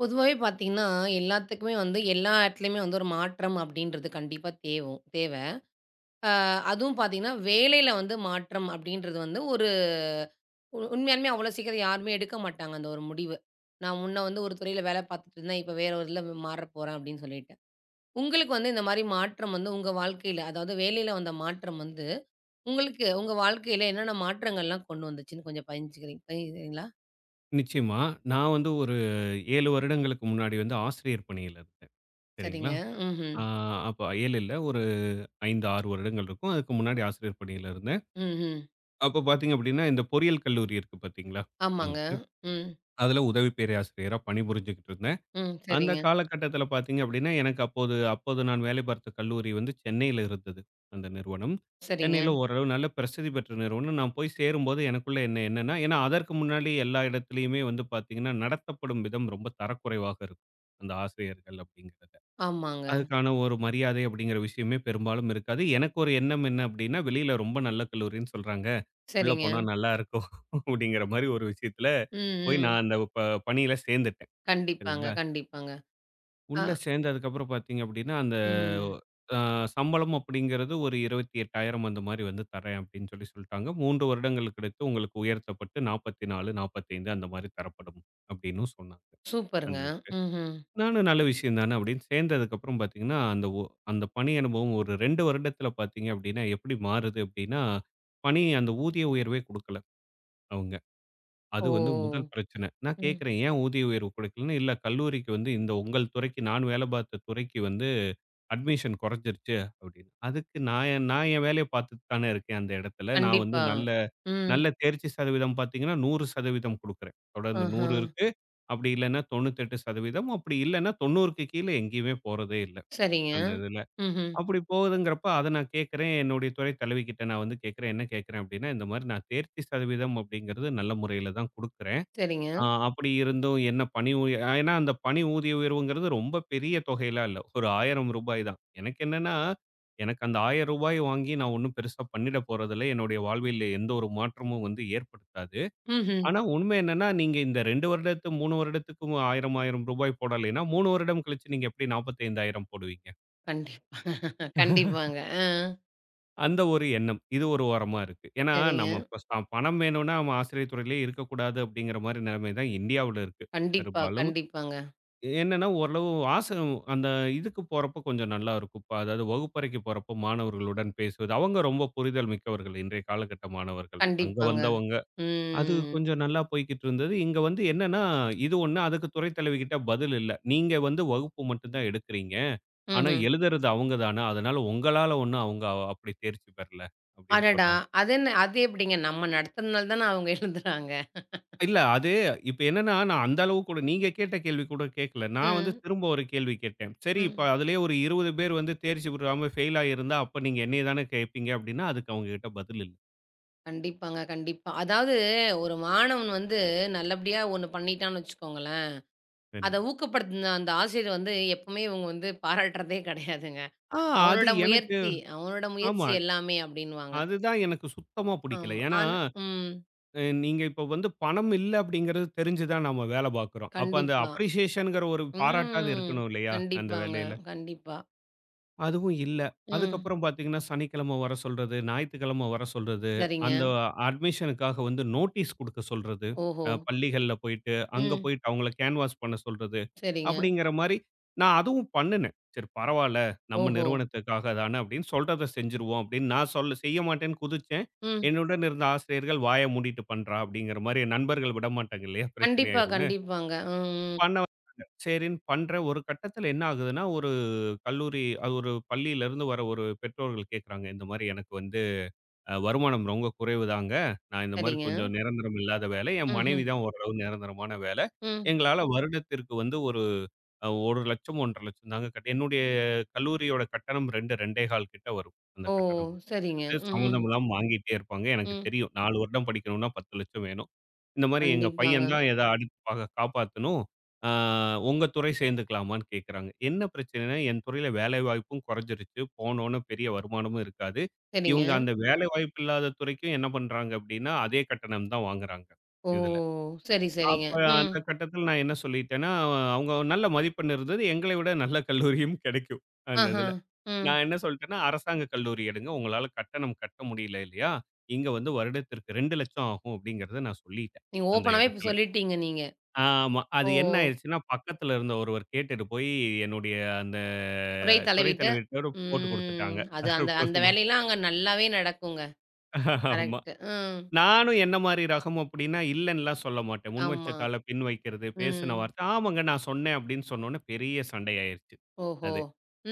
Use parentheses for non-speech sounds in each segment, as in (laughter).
பொதுவாவே பார்த்தீங்கன்னா, எல்லாத்துக்குமே வந்து எல்லா இடத்துலயுமே வந்து ஒரு மாற்றம் அப்படின்றது கண்டிப்பா தேவும் தேவை. அ அதுவும் பார்த்தீங்கன்னா, வேலையில வந்து மாற்றம் அப்படின்றது வந்து ஒரு உண்மையாலுமே அவ்வளோ சீக்கிரம் யாருமே எடுக்க மாட்டாங்க அந்த ஒரு முடிவு. நான் முன்ன வந்து ஒரு துறையில வேலை பார்த்துட்டு இருந்தேன். இப்ப வேற ஒரு இதுல மாறப் போறேன் அப்படின்னு சொல்லிட்டு. உங்களுக்கு வந்து இந்த மாரி மாற்றம் வந்து உங்க வாழ்க்கையில, அதாவது வேலையில வந்த மாற்றம் வந்து உங்களுக்கு உங்க வாழ்க்கையில என்னென்ன மாற்றங்கள்லாம் கொண்டு வந்துச்சுன்னு கொஞ்சம் பகிர்ந்துக்கிறீங்களா? நிச்சயமா. நான் வந்து ஒரு 7 வருடங்களுக்கு முன்னாடி வந்து ஆசிரியர் பணியில இருந்தேன். சரிங்களா? சரிங்க. ம்ஹ்ம். ஆ அப்ப 7 இல்ல. ஒரு 5, 6 வருடங்கள் இருக்கும். அதுக்கு முன்னாடி ஆசிரியர் பணியில இருந்தேன். ம்ஹ்ம். அப்ப பார்த்தீங்க அப்படின்னா, இந்த பொறியியல் கல்லூரி இருக்கு பார்த்தீங்களா? ஆமாங்க. வந்துட்டு, ம். அதுல உதவி பேராசிரியரா பணிபுரிஞ்சுகிட்டு இருந்தேன். ம். அந்த சரிங்க. காலகட்டத்தில பார்த்தீங்க அப்படின்னா, எனக்கு அப்போது அப்போது நான் வேலை பார்த்த கல்லூரி வந்து சென்னையில இருந்தது, அந்த நிறுவனம். சரிங்க. சென்னையில ஓரளவு நல்ல பிரசித்தி பெற்ற நிறுவனம். நான் போய் சேரும்போது எனக்குள்ள என்ன என்னன்னா, ஏன்னா அதற்கு முன்னாடி எல்லா இடத்துலயுமே வந்து பார்த்தீங்கன்னா, நடத்தப்படும் விதம் ரொம்ப தரக்குறைவாக இருக்கும். அந்த ஆசிரியர்கள் அப்படிங்கிறத. ஆமாங்க. அதுக்கான ஒரு மரியாதை அப்படிங்கிற விஷயமே பெரும்பாலும் இருக்காது. எனக்கு ஒரு எண்ணம் என்ன அப்படின்னா, வெளியில ரொம்ப நல்ல கல்லூரின்னு சொல்றாங்க. உள்ள சரிங்க. போனா நல்லா இருக்கும் (laughs) அப்படிங்கிற மாரி ஒரு விஷயத்தில ம், போய் ம். நான் அந்த பணியில சேர்ந்துட்டேன். கண்டிப்பாங்க, சரிங்களா? கண்டிப்பாங்க. அ உள்ள சேர்ந்ததுக்கப்புறம் பார்த்தீங்க அப்படின்னா, அந்த ம். அ சம்பளம் அப்படிங்கிறது ஒரு 28,000 அந்த மாரி வந்து தரேன் அப்படின்னு சொல்லிட்டாங்க. 3 வருடங்கள் கழித்து உங்களுக்கு உயர்த்தப்பட்டு 44, 45 அந்த மாரி தரப்படும் அப்படின்னும் சொன்னாங்க. சூப்பருங்க. அந்த இதுக்கு. ம்ஹ்ம். நானும் நல்ல விஷயம் தானே அப்படின்னு சேர்ந்ததுக்கப்புறம் பார்த்தீங்கன்னா, அந்த பணி அனுபவம் ஒரு 2 வருடத்தில பார்த்தீங்க அப்படின்னா, எப்படி மாறுது அப்படின்னா, பணி அந்த ஊதிய உயர்வே குடுக்கல அவங்க. அது ஓ! வந்து முதல் பிரச்சனை. நான் ம். கேட்கிறேன், "ஏன் ஊதிய உயர்வு குடுக்கலன்னு?" "இல்ல கல்லூரிக்கு வந்து இந்த உங்கள் துறைக்கு நான் வேலை பார்த்த துறைக்கு வந்து அட்மிஷன் குறைஞ்சிருச்சு அப்படின்னு. அதுக்கு நான் என் வேலைய பார்த்துட்டு தானே இருக்கேன் அந்த இடத்துல. நான் வந்து கண்டிப்பா. நல்ல ம். நல்ல தேர்ச்சி சதவீதம் பார்த்தீங்கன்னா, 100% குடுக்குறேன். தொடர்ந்து ஆஹா. 100 இருக்கு. அப்படி இல்லன்னா 98% அப்படி இல்லன்னா 90க்கு கீழ எங்கேயுமே போறதே இல்ல. சரிங்க. அந்த இதுல. ம்ஹ்ம். அப்படி போகுதுங்கிறப்ப அத நான் கேட்கிறேன். என்னுடைய துறை தலைவிகிட்ட நான் வந்து கேட்கிறேன். என்ன கேட்கிறேன் அப்படின்னா, இந்த மாரி நான் தேர்ச்சி சதவீதம் அப்படிங்கிறது நல்ல முறையில தான் குடுக்குறேன். சரிங்க. அப்படி இருந்தும் என்ன பணி ஊதிய ஏன்னா அந்த பணி ஊதிய உயர்வுங்கிறது ரொம்ப பெரிய தொகையெல்லாம் இல்ல. ஒரு ரூ. 1000 தான். எனக்கு என்னன்னா, எனக்கு அந்த ரூ. 1000 வாங்கி நான் ஒண்ணும் பெருசா பண்ணிட போறதில்ல. என்னுடைய வாழ்வில் எந்த ஒரு மாற்றமும் வந்து ஏற்படுத்தாது. ம்ஹ்ம். ஆனா உண்மை என்னன்னா, நீங்க இந்த 2 வருடத்து 3 வருடத்துக்கும் ரூ. 1000, 1000 போடலைன்னா, 3 வருடம் கழிச்சு நீங்க எப்படி 45,000 போடுவீங்க? கண்டிப்பா. கண்டிப்பாங்க. ஆ. அந்த ஒரு எண்ணம். இது ஒரு ஓரமா இருக்கு. ஏன்னா சரிங்க. நம்ம இப்ப பணம் வேணும்னா நம்ம ஆசிரியர் துறையிலேயே இருக்கக்கூடாது அப்படிங்கிற மாரி நிலைமை தான் இந்தியாவுல இருக்கு கண்டிப்பா, பெரும்பாலும். கண்டிப்பாங்க. என்னன்னா, ஓரளவு ஆசை அந்த இதுக்கு போறப்போ கொஞ்சம் நல்லா இருக்கும். இப்ப அதாவது வகுப்பறைக்கு போறப்போ மாணவர்களுடன் பேசுவது, அவங்க ரொம்ப புரிதல் மிக்கவர்கள் இன்றைய காலகட்ட மாணவர்கள். அங்க கண்டிப்பாங்க. வந்தவங்க. அது ம். கொஞ்சம் நல்லா போய்க்கிட்டு இருந்தது. இங்க வந்து என்னன்னா, இது ஒண்ணு அதுக்கு துறை தலைவி கிட்ட பதில் இல்ல. நீங்க வந்து வகுப்பு மட்டும் தான் எடுக்கிறீங்க. ஆனா ம்ஹ்ம். எழுதுறது அவங்க தான. அதனால உங்களால ஒண்ணும் அவங்க அப்படி தேர்ச்சி பெறல அப்படின்னு அடடா! சொன்னாங்க. அது எப்படிங்க நம்ம நடத்துனதுனால தான அவங்க எழுதுறாங்க. இல்ல. அது இப்ப என்னன்னா, நான் அந்த அளவு கூட நீங்க கேட்ட கேள்வி கூட கேட்கல. நான் வந்து ம். திரும்ப ஒரு கேள்வி கேட்டேன். சரி ம். இப்ப அதிலேயே ஒரு 20 பேர் வந்து தேர்ச்சி பெறாம ஃபெயில் ஆகியிருந்தா, அப்ப நீங்க என்னைய தானே கேட்பீங்க அப்டின்னா, அதுக்கு அவங்க கிட்ட பதில் இல்ல. கண்டிப்பாங்க, கண்டிப்பா. அதாவது ஒரு மாணவன் வந்து நல்லபடியா ஒண்ணு பண்ணிட்டான்னு வச்சுக்கோங்களேன், சரிங்க. அத ஊக்கப்படுத்தின அந்த ஆசிரியர் வந்து எப்பவுமே இவங்க வந்து பாராட்டுறதே கிடையாதுங்க. ஆ அது அவனோட எனக்கு முயற்சி அவனோட ஆமா. முயற்சி எல்லாமே அப்டின்னுவாங்க. அதுதான் எனக்கு சுத்தமா புடிக்கல. ஆமா. ஏன்னா, ஆனா ம். நீங்க இப்ப வந்து பணம் இல்ல அப்டிங்கிறது தெரிஞ்சு தான் நம்ம வேல பார்க்குறோம். அப்ப அந்த கண்டிப்பா. அப்ரிசியேஷன்ங்கிற ஒரு பாராட்டாவது ம். இருக்கணும் இல்லையா? அந்த கண்டிப்பாங்க. வேலையில. கண்டிப்பா. அதுவும் இல்ல. ம். அதுக்கப்புறம் பார்த்தீங்கன்னா, சனிக்கிழமை வர சொல்றது, ஞாயித்துக்கிழமை வர சொல்றது, சரிங்க. அந்த அட்மிஷனுக்காக வந்து நோட்டீஸ் குடுக்க சொல்றது. ஓஹோ! பள்ளிகள்ல போயிட்டு, அங்க ம். போயிட்டு அவங்கள கேன்வாஸ் பண்ண சொல்றது. சரிங்க. அப்படிங்கிற மாரி நான் அதுவும் பண்ணுனேன். சரி பரவால்ல, நம்ம ஓஹோ! நிறுவனத்துக்காக தான அப்படின்னு சொல்றத செஞ்சுருவோம் அப்படின்னு நான் சொல்ல செய்ய மாட்டேன்னு குதிச்சேன். ம். என்னுடன் இருந்த ஆசிரியர்கள் வாய மூடிட்டு பண்றா அப்படிங்கிற மாரி, நண்பர்கள் விடமாட்டாங்க இல்லையா? பிரச்சனை கண்டிப்பா, ஆயிரும்னு. கண்டிப்பாங்க. ம், ம். பண்ண வச்சாங்க. சரின்னு பண்றேன். ஒரு கட்டத்தில என்ன ஆகுதுன்னா, ஒரு கல்லூரி அது ஒரு பள்ளியிலருந்து வர ஒரு பெற்றோர்கள் கேட்கறாங்க. இந்த மாரி எனக்கு வந்து வருமானம் ரொம்ப குறைவுதாங்க. நான் இந்த மாரி சரிங்க. கொஞ்சம் நிரந்தரம் இல்லாத வேலை. என் மனைவி ம்ஹ்ம். தான் ஓரளவு நிரந்தரமான வேலை. ம். ம் எங்களால வருடத்திற்கு வந்து ஒரு 1,00,000 1,50,000 தாங்க கட்ட என்னுடைய கல்லூரியோட கட்டணம் 2 2,15 கிட்ட வரும். அந்த ஓ! கட்டணம் சரிங்க. அப்படிங்கிறது ம், ம். சம்பந்தம் இல்லாம வாங்கிட்டே இருப்பாங்க. எனக்கு ம். தெரியும். 4 வருடம் படிக்கணும்னா 10,00,000 வேணும். இந்த மாரி எங்க கண்டிப்பாங்க. பையன் தான் எத அடுத்து பா காப்பாத்தணும். ஆ உங்க துறை சேர்ந்துக்கலாமான்னு கேட்குறாங்க. என்ன பிரச்சனைன்னா, என் துறையில வேலைவாய்ப்பும் குறைஞ்சிருச்சு. போனோன பெரிய வருமானமும் இருக்காது. சரிங்க. இவங்க அந்த வேலைவாய்ப்பு இல்லாத துறைக்கும் என்ன பண்றாங்க அப்டின்னா, அதே கட்டணம் தான் வாங்குறாங்க ஓ! இதுல. சரி, சரிங்க. அப்ப ம். அந்த கட்டத்தில நான் என்ன சொல்லிட்டேன்னா, அவங்க நல்ல மதிப்பெண் இருந்தது. எங்களை விட நல்ல கல்லூரியும் கிடைக்கும் அந்த ஆஹா. இதுல. ம். நான் என்ன சொல்ட்டேன்னா, அரசாங்க கல்லூரி எடுங்க. உங்களால கட்டணம் கட்ட முடியல இல்லையா? இங்க வந்து வருடத்திற்கு 2,00,000 ஆகும் அப்டிங்கிறத நான் சொல்லிட்டேன் நீங்க அந்த ஓப்பனாவே இப்ப இடத்துல. சொல்லிட்டீங்க நீங்க. ஆமா. அது ஓ! என்ன ஆயிருச்சுன்னா, பக்கத்துல இருந்த ஒருவர் கேட்டுட்டு போய், என்னுடைய அந்த குறை துறை தளவிட்டு தலைவிட்டோட போட்டு ம். குடுத்துட்டாங்க. அது அந்த (laughs) அந்த போதுமா வேலையெல்லாம் அங்க நல்லாவே நடக்குங்க. ஆமா. கரெக்ட். ம். நானும் என்ன மாரி ரகம் அப்டின்னா, இல்லன்னுலாம் சொல்ல மாட்டேன். முன் வச்ச ஆமா. கால பின் வைக்கிறது, பேசின ம். வார்த்தை, ஆமாங்க நான் சொன்னேன் அப்டின்னு சொன்னோனே பெரிய சண்டையாயிருச்சு. ஓஹோ! அது.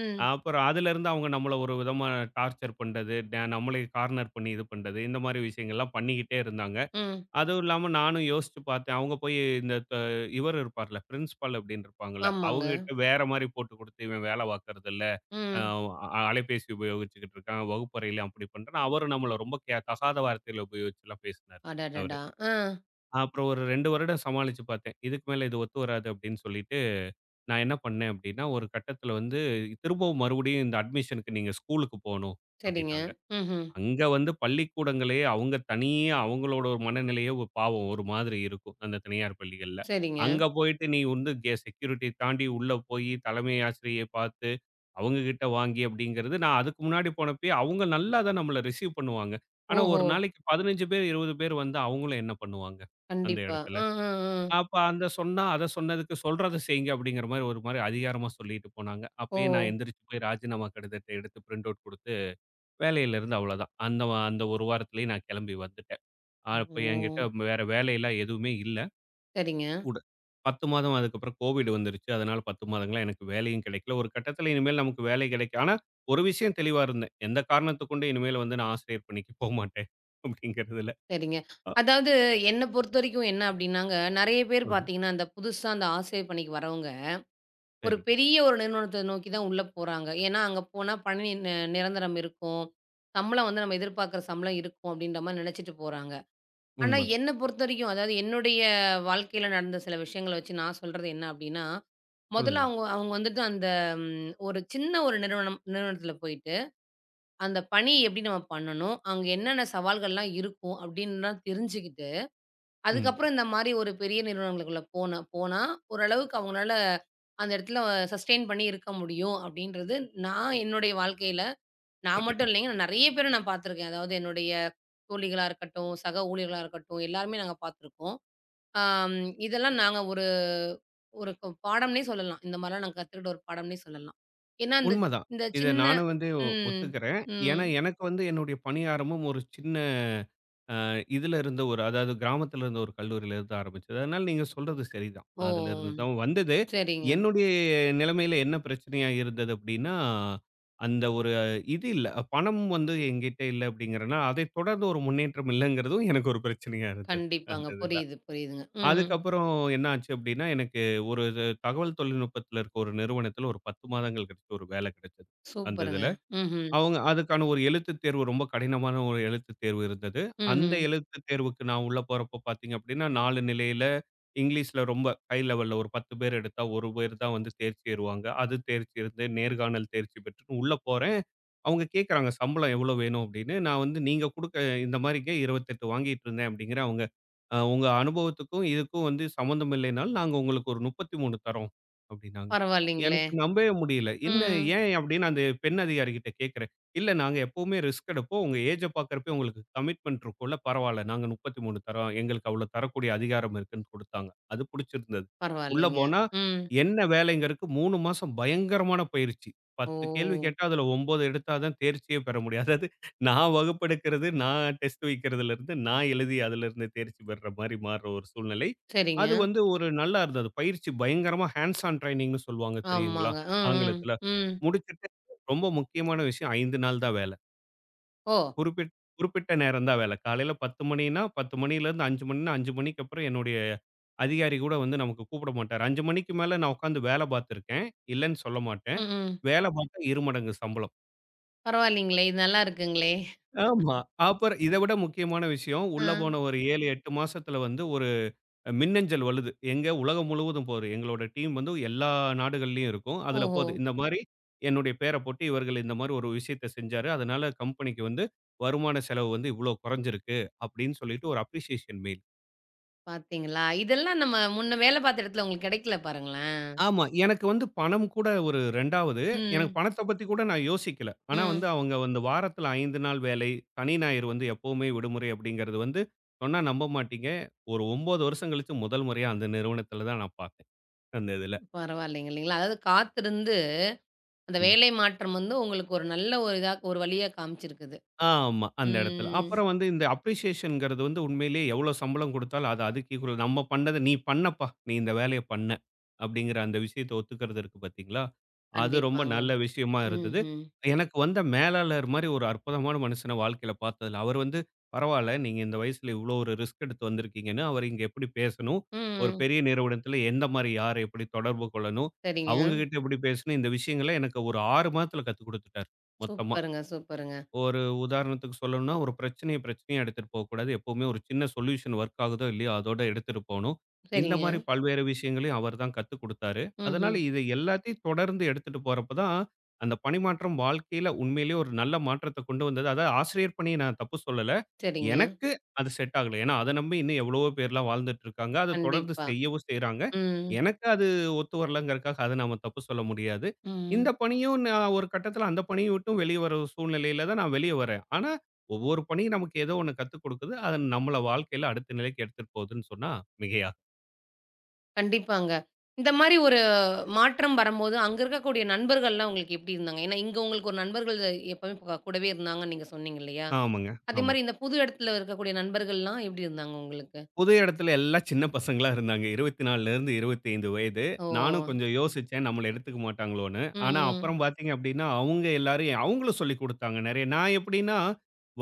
ம். அப்புறம் அதுலருந்து அவங்க நம்மள ஒரு விதமா டார்ச்சர் பண்றது, நம்மள கார்னர் பண்ணி இது பண்றது, இந்த மாரி விஷயங்கள்லாம் பண்ணிக்கிட்டே இருந்தாங்க. ம். அதுவும் இல்லாம நானும் யோசிச்சு பார்த்தேன். அவங்க போய் இந்த இவர் இருப்பார்ல, பிரின்சிபால் அப்படின்னு இருப்பாங்கல்ல, ஆமாங்க. அவங்ககிட்ட வேற மாரி போட்டு குடுத்து, "இவன் வேல பார்க்கறது இல்ல. ம். அஹ் அ அலைபேசி உபயோகிச்சுக்கிட்டு இருக்கான். வகுப்பறையில அப்படி பண்றான்." அவரு நம்மள ரொம்ப தகாத வார்த்தையில உபயோகிச்சுலாம் பேசினாரு அவரு. அடடடா! ஆ. அப்புறம் ஒரு 2 வருடம் சமாளிச்சு பார்த்தேன். இதுக்கு மேல இது ஒத்து வராது அப்படின்னு சொல்லிட்டு, நான் என்ன பண்ணேன் அப்படின்னா, ஒரு கட்டத்தில வந்து, "திரும்பவும் மறுபடியும் இந்த அட்மிஷனுக்கு நீங்க ஸ்கூலுக்கு போணும்" சரிங்க. அப்படின்னாங்க. ம்ஹ்ம். அங்க வந்து பள்ளிக்கூடங்களே அவங்க தனியே அவங்களோட ஒரு மனநிலையே ஒரு பாவம் ஒரு மாதிரி இருக்கும். அந்த தனியார் பள்ளிகள்ல. சரிங்க. அங்க போயிட்டு நீ வந்து செக்யூரிட்டி தாண்டி உள்ள போயி தலைமை ஆசிரியைய பார்த்து, அவங்க கிட்ட வாங்கி அப்படிங்கிறது நான் அதுக்கு முன்னாடி போனப்பயே அவங்க நல்லா தான் நம்மள ரிசீவ் பண்ணுவாங்க. ஆனா ஓஹோ! ஒரு நாளைக்கு 15 பேர், 20 பேர் வந்தா அவங்களும் என்ன பண்ணுவாங்க? அந்த கண்டிப்பா. இடத்துல. அ, அ, அ. அப்ப அந்த சொன்னா அத சொன்னதுக்கு சொல்றத செய்யுங்க அப்படிங்கிற மாரி ஒரு மாரி அதிகாரமா சொல்லிட்டு போனாங்க. ஓ! அப்பயே நான் எந்திரிச்சு போய் ராஜினாமா கடிதத்த எடுத்து பிரிண்ட் அவுட் குடுத்து வேலையிலிருந்து அவ்வளோதான். அந்த 1 வாரத்திலேயே நான் கெளம்பி வந்துட்டேன். அப்ப என்கிட்ட ஓ! வேற வேலையெல்லாம் எதுவுமே இல்ல. சரிங்க. கூட. 10 மாதம் அதுக்கப்புறம் கோவிட் வந்துருச்சு. அதனால 10 மாதங்களா எனக்கு வேலையும் கிடைக்கல. ஒரு கட்டத்தில இனிமேல் நமக்கு வேலை கிடைக்கும். ஆனா, ஒரு விஷயம் தெளிவா இருந்தேன். எந்த காரணத்த கொண்டும் இனிமேல் வந்து நான் ஆசிரியர் பணிக்கு போமாட்டேன் (laughs) அப்படிங்கிறதுல. சரிங்க. அ. அதாவது என்ன பொறுத்தவரைக்கும் என்ன அப்டின்னாங்க, நெறைய பேர் சொல்லுங்க. பார்த்தீங்கன்னா, அந்த புதுசா அந்த ஆசிரியர் பணிக்கு வரவங்க, ஒரு சரி. பெரிய ஒரு நிறுவனத்த நோக்கி தான் உள்ள போறாங்க. ஏன்னா, அங்க போனா பணி நிரந்தரம் இருக்கும். சம்பளம் வந்து நம்ம எதிர்பார்க்குற சம்பளம் இருக்கும் அப்டின்ற மாரி நெனச்சுட்டு போறாங்க. ஆனா உண்மதான். என்ன பொறுத்தவரைக்கும், அதாவது என்னுடைய வாழ்க்கையில நடந்த சில விஷயங்கள வச்சு நான் சொல்றது என்ன அப்டின்னா, மொதல்ல சொல்லுங்க. அவங்க அவங்க வந்துட்டு அந்த ஒரு சின்ன ஒரு நிறுவனத்துல போயிட்டு, அந்த பணி எப்டி நம்ம பண்ணணும்? அங்க என்னென்ன சவால்கள்லாம் இருக்கும்? அப்டின்லாம் தெரிஞ்சுக்கிட்டு ம். அதுக்கப்புறம் இந்த மாரி ஒரு பெரிய நிறுவனங்களுக்குள்ள போனா, ஓரளவுக்கு அவங்கனால அந்த இடத்துல சஸ்டெயின் பண்ணி இருக்க முடியும் அப்படின்றது, நான் என்னுடைய வாழ்க்கையில நான் மட்டும் இல்லைங்க. நான் நெறைய பேர நான் பார்த்துருக்கேன். அதாவது என்னுடைய தோழிகளா இருக்கட்டும், சக ஊழியர்களா இருக்கட்டும், எல்லாருமே நாங்க பார்த்துருக்கோம். ஆம் இதெல்லாம் நாங்க ஒரு ஒரு பாடம்னே சொல்லலாம். இந்த மாரிலாம் நாங்க கத்துக்கிட்ட ஒரு பாடம்னே சொல்லலாம். ஏன்னா, இந்த உண்மதான். இந்த இத சின்ன நானும் வந்து ம். ஒத்துக்கிறேன். ஏன்னா, ம். எனக்கு வந்து என்னுடைய பணியாரமும் ஒரு சின்ன இதுல இருந்த ஒரு அதாவது கிராமத்துல இருந்த ஒரு கல்லூரியில இருந்து ஆரம்பிச்சது. அதனால நீங்க சொல்றது சரிதான். ஓ! அதுல இருந்து தான் வந்தது. சரிங்க. என்னுடைய நிலைமையில என்ன பிரச்சனையா இருந்தது அப்படின்னா, அந்த ஒரு இது இல்ல. பணம் வந்து என்கிட்ட இல்ல அப்படிங்கிறனால, அதைத் தொடர்ந்து ஒரு முன்னேற்றம் இல்லைங்கிறதும் எனக்கு ஒரு பிரச்சனையா இருந்தது. அந்த கண்டிப்பாங்க. இதுல. புரியுது, புரியுதுங்க. ம். அதுக்கப்புறம் என்ன ஆச்சு அப்படின்னா, எனக்கு ஒரு இது தகவல் தொழில்நுட்பத்துல இருக்க ஒரு நிறுவனத்துல ஒரு 10 மாதங்கள் கழிச்சு ஒரு வேலை கிடைச்சது. அந்த இதுல. சூப்பருங்க. ம்ஹ்ம். அவங்க அதுக்கான ஒரு எழுத்துத் தேர்வு ரொம்ப கடினமான ஒரு எழுத்துத் தேர்வு இருந்தது. அந்த ம்ஹ்ம். எழுத்துத் தேர்வுக்கு நான் உள்ள போறப்ப பார்த்தீங்க அப்படின்னா, 4 நிலையில இங்கிலீஷ்ல ரொம்ப ஹை லெவல்ல ஒரு 10 பேர் எடுத்தா 1 பேர் தான் வந்து தேர்ச்சி ஏறுவாங்க. அது தேர்ச்சி இருந்து நேர்காணல் தேர்ச்சி பெற்றுன்னு உள்ள போறேன். அவங்க கேட்குறாங்க சம்பளம் எவ்வளோ வேணும் அப்படின்னு. நான் வந்து நீங்க குடுக்க இந்த மாரிங்க 28 வாங்கிட்டு இருந்தேன் அப்படிங்கிறேன். அவங்க உங்க அனுபவத்துக்கும் இதுக்கும் வந்து சம்மந்தம் இல்லைனாலும் நாங்க உங்களுக்கு ஒரு 33 தரோம் அப்படின்னாங்க. பரவாயில்லைங்களே! எனக்கு நம்பவே முடியல. என்ன ம். ஏன் அப்படின்னு அந்த பெண் அதிகாரிகிட்ட கேட்கிறேன். இல்ல நாங்க எப்பவுமே ரிஸ்க் எடுப்போம். உங்க ஏஜ பார்க்கிறப்பயே உங்களுக்கு கமிட்மெண்ட் இருக்கும்ல பரவால்ல. நாங்க 33 தரோம். எங்களுக்கு அவ்வளோ தரக்கூடிய அதிகாரம் இருக்குன்னு குடுத்தாங்க. அது புடிச்சிருந்தது. உள்ள பரவாயில்லைங்க. போனா ம். என்ன வேலைங்கிறதுக்கு 3 மாசம் பயங்கரமான பயிற்சி. ஓ! 10 கேள்வி கேட்டா, அதுல 9 எடுத்தா தான் தேர்ச்சியே பெற முடியும். அதாவது நான் வகுப்பெடுக்கிறது, நான் டெஸ்ட் வைக்கிறதுலருந்து, நான் எழுதி அதுலருந்து தேர்ச்சி பெற மாரி மாறுற ஒரு சூழ்நிலை. சரிங்க. அது வந்து ஒரு நல்லா இருந்தது. பயிற்சி பயங்கரமா ஹேண்ட்ஸ் ஆன் ட்ரெய்னிங்ன்னு சொல்லுவாங்க தெரியுங்களா? ஆமாங்க. ம், ம், ஆங்கிலத்துல. ம். முடிச்சுட்டு ரொம்ப முக்கியமான விஷயம் 5 நாள் தான் வேல. ஓ! குறிப்பிட் குறிப்பிட்ட நேரம் தான் வேல. காலையில 10:00 மணின்னா, 10:00 மணியிலேருந்து 5:00 மணின்னா, 5:00 மணிக்கு அப்புறம் என்னுடைய அதிகாரி கூட வந்து நமக்கு கூப்பிட மாட்டாரு. 5:00 மணிக்கு மேல நான் உட்கார்ந்து வேல பார்த்துருக்கேன். இல்லன்னு சொல்ல மாட்டேன். ம், ம். வேல பார்த்தா 2 மடங்கு சம்பளம். பரவாயில்லைங்களே! இது நல்லா இருக்குங்களே! ஆமா. அப்புறம் இத விட முக்கியமான விஷயம், ஆ. உள்ள போன ஒரு 7, 8 மாசத்துல வந்து மின்னஞ்சல் வழுது. எங்க உலகம் முழுவதும் போது. எங்களோட டீம் வந்து எல்லா நாடுகள்லயும் இருக்கும். அதுல ஓஹோ! போது. இந்த மாரி என்னுடைய பேர போட்டு இவர்கள் இந்த மாரி ஒரு விஷயத்த செஞ்சாரு. அதனால கம்பெனிக்கு வந்து வருமான செலவு வந்து இவ்ளோ குறைஞ்சிருக்கு அப்படின்னு சொல்லிட்டு ஒரு அப்ரிசியேஷன் மெயில். பார்த்தீங்களா? இதெல்லாம் நம்ம முன்ன வேலை பார்த்த இடத்துல உங்களுக்கு கிடைக்கல பாருங்களேன். ஆமா. எனக்கு வந்து பணம் கூட ஒரு 2வது. எனக்கு ம், பணத்த பத்தி கூட நான் யோசிக்கல. ஆனா வந்து ம். அவங்க வந்து வாரத்துல 5 நாள் வேலை, சனி, ஞாயிறு வந்து எப்பவுமே விடுமுறை அப்படிங்கிறது வந்து சொன்னா நம்ப மாட்டீங்க. ஒரு 9 வருஷம் கழிச்சு முதல் முறையா அந்த நிறுவனத்துல தான் நான் பார்த்தேன். அந்த இதுல. பரவாயில்லைங்க இல்லைங்களா? அதாவது காத்திருந்து அந்த ம். வேலை மாற்றம் வந்து உங்களுக்கு ஒரு நல்ல ஒரு இதா ஒரு வழியா காமிச்சிருக்குது. ஆமா. அந்த இடத்துல. ம். அப்புறம் வந்து இந்த அப்ரிசியேஷன்ங்கிறது வந்து உண்மையிலேயே எவ்வளோ சம்பளம் குடுத்தாலும் அது அதுக்கு ஈக்குவல் நம்ம பண்ணத நீ பண்ணப்பா! நீ இந்த வேலைய பண்ண. அப்படிங்கிற அந்த விஷயத்த ஒத்துக்கிறது இருக்கு பார்த்தீங்களா? அது ரொம்ப கண்டிப்பாங்க. நல்ல விஷயமா இருந்தது. ம்ஹ்ம். எனக்கு வந்த மேலாளர் மாரி ஒரு அற்புதமான மனுஷன வாழ்க்கையில பார்த்ததில்ல. அவர் வந்து பரவால்ல. நீங்க இந்த வயசுல இவ்வளோ ஒரு ரிஸ்க் எடுத்து வந்திருக்கீங்கன்னு, அவர் இங்க எப்படி பேசணும்? ஒரு ம். பெரிய நிறுவனத்தில எந்த மாரி யார எப்படி தொடர்பு கொள்ளணும்? சரிங்க. அவங்க கிட்ட எப்படி பேசணும்? இந்த விஷயங்கள எனக்கு ஒரு 6 மாதத்துல கத்துக் குடுத்துட்டார். மொத்தமா. சூப்பருங்க, சூப்பருங்க. ஒரு உதாரணத்துக்கு சொல்லணும்னா, ஒரு பிரச்சனைய பிரச்சனையா எடுத்துட்டு போகக்கூடாது. எப்பவுமே ஒரு சின்ன சொல்யூஷன் வொர்க் ஆகுதோ! இல்லையோ! அதோட எடுத்துட்டு போணும். இந்த சரிங்க. மாரி பல்வேறு விஷயங்களையும் அவர் தான் கத்துக் குடுத்தாரு. அதனால ம்ஹ்ம். இது எல்லாத்தையும் தொடர்ந்து எடுத்துட்டு போறப்ப தான், அந்த பணிமாற்றம் வாழ்க்கையில உண்மையிலேயே ஒரு நல்ல மாற்றத்த கொண்டு வந்தது. அதாவது ஆசிரியர் பணிய நான் தப்பு சொல்லல. சரிங்க. எனக்கு அது செட் ஆகல. ஏன்னா, அத நம்பி இன்னும் எவ்வளவோ பேர்லாம் வாழ்ந்துட்டு இருக்காங்க. அத தொடர்ந்து கண்டிப்பா. செய்யவும் செய்றாங்க. ம். எனக்கு அது ஒத்து வரலங்கிறதுக்காக அத நாம தப்பு சொல்ல முடியாது. இந்த ம். பணியும் நான் ஒரு கட்டத்தில அந்த பணிய விட்டும் வெளிய வர சூழ்நிலையில தான் நான் வெளிய வரேன். ஆனா, ஒவ்வொரு பணியும் நமக்கு ஏதோ ஒண்ணு கத்துக் குடுக்குது. அது நம்மள வாழ்க்கையில அடுத்த நிலைக்கு எடுத்துட்டு போகுதுன்னு சொன்னா மிகையா கண்டிப்பாங்க. இந்த மாரி ஒரு மாற்றம் வரும்போது, அங்க இருக்கக்கூடிய நண்பர்கள்லாம் உங்களுக்கு எப்டி இருந்தாங்க? ஏன்னா, இங்க உங்களுக்கு ஒரு நண்பர்கள் எப்பவுமே கூடவே இருந்தாங்கன்னு நீங்க சொன்னீங்க இல்லையா? ஆமாங்க. அதே ஆமா. மாரி இந்த புது இடத்துல இருக்கக்கூடிய நண்பர்கள்லாம் எப்டி இருந்தாங்க உங்களுக்கு? புது இடத்துல எல்லாம் சின்ன பசங்களா இருந்தாங்க. 24லேருந்து 25 வயது. ஓ! நானும் கொஞ்சம் யோசிச்சேன், நம்மள எடுத்துக்க மாட்டாங்களோன்னு. ஆனா ம். அப்புறம் பார்த்தீங்க அப்படின்னா, அவங்க எல்லாரும் அவங்களும் சொல்லிக் குடுத்தாங்க நெறைய. நான் எப்படின்னா,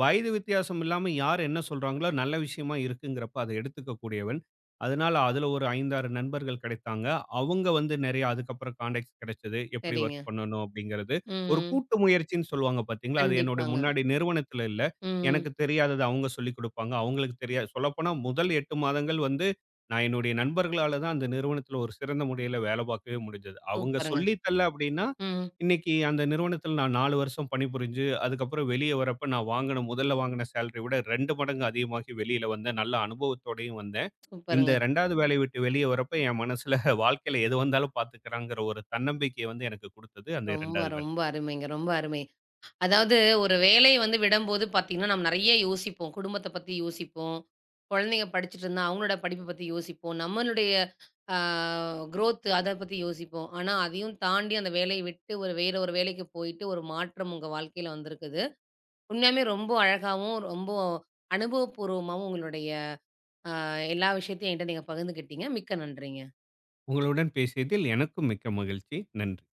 வயது வித்தியாசம் இல்லாம யார் என்ன சொல்றாங்களோ, நல்ல விஷயமா இருக்குங்கிறப்ப அத எடுத்துக்க கூடியவன். அதனால அதுல ஒரு 5, 6 நண்பர்கள் கிடைத்தாங்க. அவங்க வந்து நெறைய அதுக்கப்புறம் கான்டாக்ட்ஸ் கிடைச்சது. எப்படி சரிங்க. வொர்க் பண்ணணும் அப்படிங்கிறது. ஒரு ம். கூட்டு முயற்சின்னு சொல்லுவாங்க பார்த்தீங்களா, அது என்னுடைய கண்டிப்பாங்க. முன்னாடி நிறுவனத்துல இல்ல. ம். எனக்கு தெரியாதது அவங்க சொல்லிக் குடுப்பாங்க. அவங்களுக்கு தெரியாது. சொல்லப்போனா முதல் 8 மாதங்கள் வந்து நான் என்னுடைய நண்பர்களால தான் அந்த நிறுவனத்தில ஒரு சிறந்த முறையில வேலை பார்க்கவே முடிஞ்சது. அவங்க சூப்பருங்க. சொல்லி தரல அப்படின்னா, ம். இன்னைக்கு அந்த நிறுவனத்தில நான் 4 வருஷம் பணிபுரிஞ்சு, அதுக்கப்புறம் வெளிய வரப்ப நான் வாங்குன முதல்ல வாங்குன சேலரி விட 2 மடங்கு அதிகமாகி வெளியில வந்தேன். நல்ல அனுபவத்தோடயும் வந்தேன். இந்த சூப்பருங்க. 2வது வேலைய விட்டு வெளிய வரப்ப என் மனசுல (laughs) வாழ்க்கையில எது வந்தாலும் பார்த்துக்கலாங்கிற ஒரு தன்னம்பிக்கைய வந்து எனக்கு குடுத்தது அந்த ரொம்ப, 2வது வேலை. ரொம்ப அருமைங்க. ரொம்ப அருமை. அதாவது ஒரு வேலைய வந்து விடம்போது பார்த்தீங்கன்னா, நம்ம நெறைய யோசிப்போம். குடும்பத்த பத்தி யோசிப்போம். குழந்தைங்க படிச்சுட்டு இருந்தா, அவங்களோட படிப்ப பத்தி யோசிப்போம். நம்மளுடைய ஆ குரோத் அத பத்தி யோசிப்போம். ஆனா, அதையும் தாண்டி அந்த வேலைய விட்டு ஒரு வேற ஒரு வேலைக்கு போயிட்டு, ஒரு மாற்றம் உங்க வாழ்க்கையில வந்திருக்குது. உண்மையாலுமே ரொம்ப அழகாவும், ரொம்ப அனுபவப்பூர்வமாவும் உங்களுடைய அ எல்லா விஷயத்தையும் என்கிட்ட நீங்க பகிர்ந்துக்கிட்டீங்க. மிக்க நன்றிங்க. உங்களுடன் பேசியதில் எனக்கும் மிக்க மகிழ்ச்சி. நன்றி.